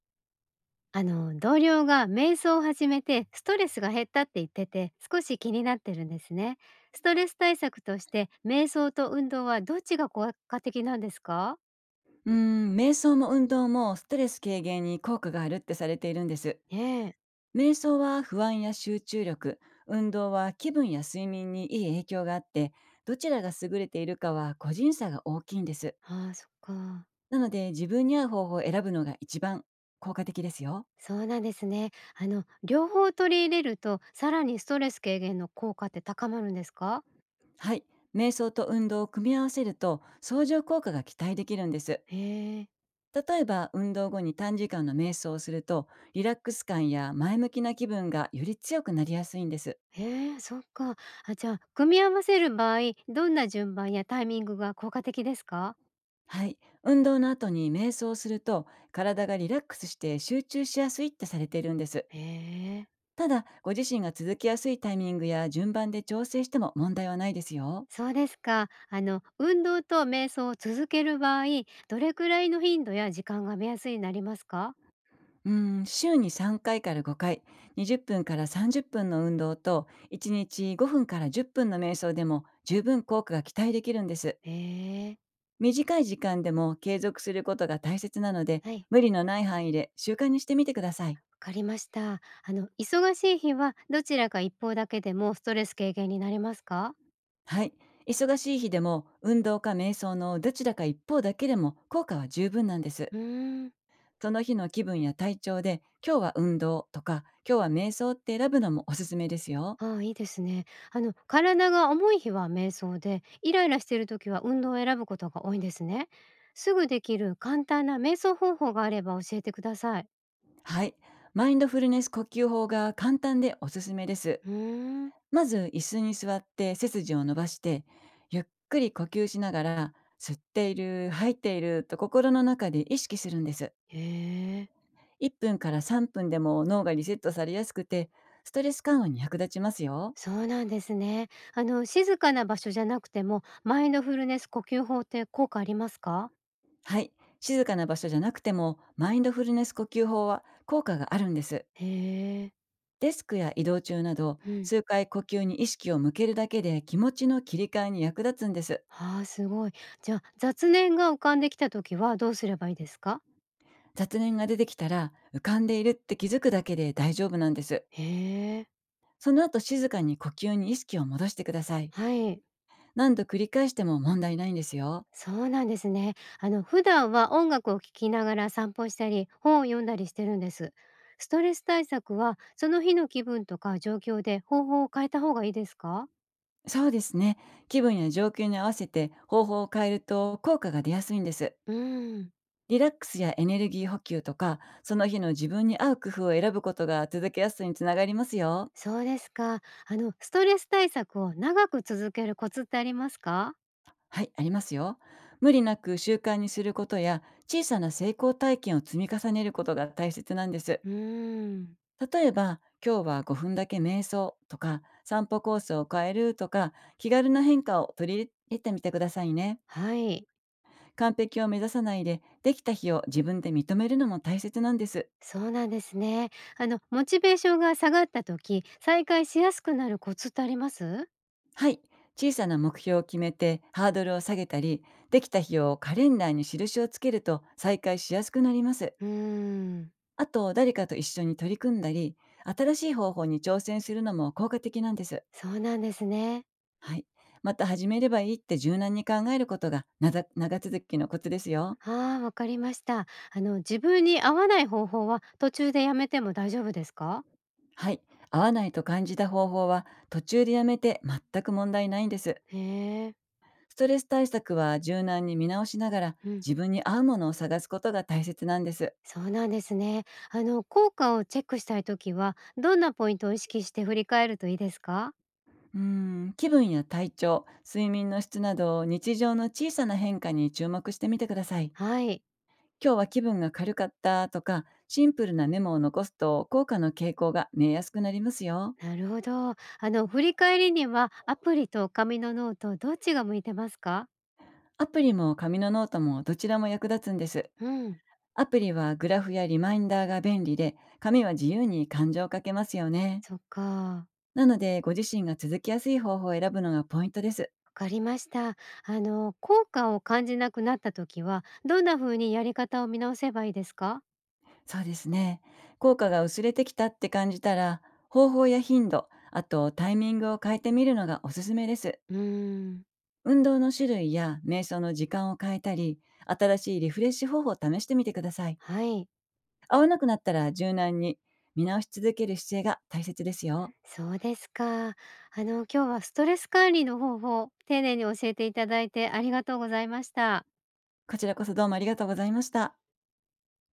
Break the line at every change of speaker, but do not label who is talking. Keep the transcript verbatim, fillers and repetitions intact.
あの同僚が瞑想を始めてストレスが減ったって言ってて少し気になってるんですね。ストレス対策として瞑想と運動はどっちが効果的なんですか？
うーん、瞑想も運動もストレス軽減に効果があるってされているんです。
ねえ。
瞑想は不安や集中力、運動は気分や睡眠にいい影響があって、どちらが優れているかは個人差が大きいんです。
ああ、そっか。
なので自分に合う方法を選ぶのが一番効果的ですよ。
そうなんですね。あの両方取り入れるとさらにストレス軽減の効果って高まるんですか？
はい、瞑想と運動を組み合わせると相乗効果が期待できるんです。
へえ。
例えば運動後に短時間の瞑想をするとリラックス感や前向きな気分がより強くなりやすいんです。
へえ、そっか。あ、じゃあ組み合わせる場合、どんな順番やタイミングが効果的ですか？
はい。運動の後に瞑想をすると、体がリラックスして集中しやすいってされているんです。
へえ。
ただ、ご自身が続きやすいタイミングや順番で調整しても問題はないですよ。
そうですか。あの、運動と瞑想を続ける場合、どれくらいの頻度や時間が目安になりますか？
うん、週にさんかいかいからごかい、にじゅっぷんからさんじゅっぷんの運動と、いちにちごふんからじゅっぷんの瞑想でも十分効果が期待できるんです。
へえ。
短い時間でも継続することが大切なので、
はい。
無理のない範囲で習慣にしてみてください。
わかりました。あの、忙しい日はどちらか一方だけでもストレス軽減になりますか？
はい。忙しい日でも運動か瞑想のどちらか一方だけでも効果は十分なんです。
うーん。
その日の気分や体調で今日は運動とか今日は瞑想って選ぶのもおすすめですよ。
ああ、いいですね。あの、体が重い日は瞑想で、イライラしている時は運動を選ぶことが多いんですね。すぐできる簡単な瞑想方法があれば教えてください。
はい。マインドフルネス呼吸法が簡単でおすすめです。
うーん。
まず椅子に座って背筋を伸ばして、ゆっくり呼吸しながら、吸っている、吐いていると心の中で意識するんです。
へえ。
いっぷんからさんぷんでも脳がリセットされやすくて、ストレス緩和に役立ちますよ。
そうなんですね。あの、静かな場所じゃなくても、マインドフルネス呼吸法って効果ありますか？
はい。静かな場所じゃなくても、マインドフルネス呼吸法は効果があるんです。
へえ。
デスクや移動中など、
うん。
数回呼吸に意識を向けるだけで気持ちの切り替えに役立つんです。
ああ、すごい。じゃあ、雑念が浮かんできた時はどうすればいいですか？
雑念が出てきたら、浮かんでいるって気づくだけで大丈夫なんです。
へえ。
その後静かに呼吸に意識を戻してください。
はい。
何度繰り返しても問題ないんですよ。
そうなんですね。あの、普段は音楽を聴きながら散歩したり、本を読んだりしてるんです。ストレス対策は、その日の気分とか状況で方法を変えた方がいいですか？
そうですね。気分や状況に合わせて方法を変えると効果が出やすいんです。
うん。
リラックスやエネルギー補給とか、その日の自分に合う工夫を選ぶことが続けやすさにつながりますよ。
そうですか。あの、ストレス対策を長く続けるコツってありますか？
はい、ありますよ。無理なく習慣にすることや、小さな成功体験を積み重ねることが大切なんです。
うーん。
例えば、今日はごふんだけ瞑想とか、散歩コースを変えるとか、気軽な変化を取り入れてみてくださいね。
はい、
完璧を目指さないで、できた日を自分で認めるのも大切なんです。
そうなんですね。あの、モチベーションが下がった時、再開しやすくなるコツってあります？
はい。小さな目標を決めてハードルを下げたり、できた日をカレンダーに印をつけると再開しやすくなります。
うーん。
あと、誰かと一緒に取り組んだり、新しい方法に挑戦するのも効果的なんです。
そうなんですね。
はい。また始めればいいって柔軟に考えることがなだ長続きのコツですよ。
ああ、わかりました。あの、自分に合わない方法は途中でやめても大丈夫ですか？
はい。合わないと感じた方法は途中でやめて全く問題ないんです。
へえ、
ストレス対策は柔軟に見直しながら、
うん。
自分に合うものを探すことが大切なんです。
そうなんですね。あの、効果をチェックしたい時は、どんなポイントを意識して振り返るといいですか？
うーん、気分や体調、睡眠の質など日常の小さな変化に注目してみてください。
はい。
今日は気分が軽かったとか、シンプルなメモを残すと効果の傾向が見えやすくなりますよ。
なるほど。あの、振り返りにはアプリと紙のノート、どっちが向いてますか？
アプリも紙のノートもどちらも役立つんです。
うん。
アプリはグラフやリマインダーが便利で、紙は自由に感情をかけますよね。
そっか、
なので、ご自身が続きやすい方法を選ぶのがポイントです。
わかりました。あの、効果を感じなくなった時は、どんな風にやり方を見直せばいいですか？
そうですね。効果が薄れてきたって感じたら、方法や頻度、あとタイミングを変えてみるのがおすすめです。
うーん。
運動の種類や瞑想の時間を変えたり、新しいリフレッシュ方法を試してみてください。
はい、
合わなくなったら柔軟に見直し続ける姿勢が大切ですよ。
そうですか。あの、今日はストレス管理の方法、丁寧に教えていただいてありがとうございました。
こちらこそ、どうもありがとうございました。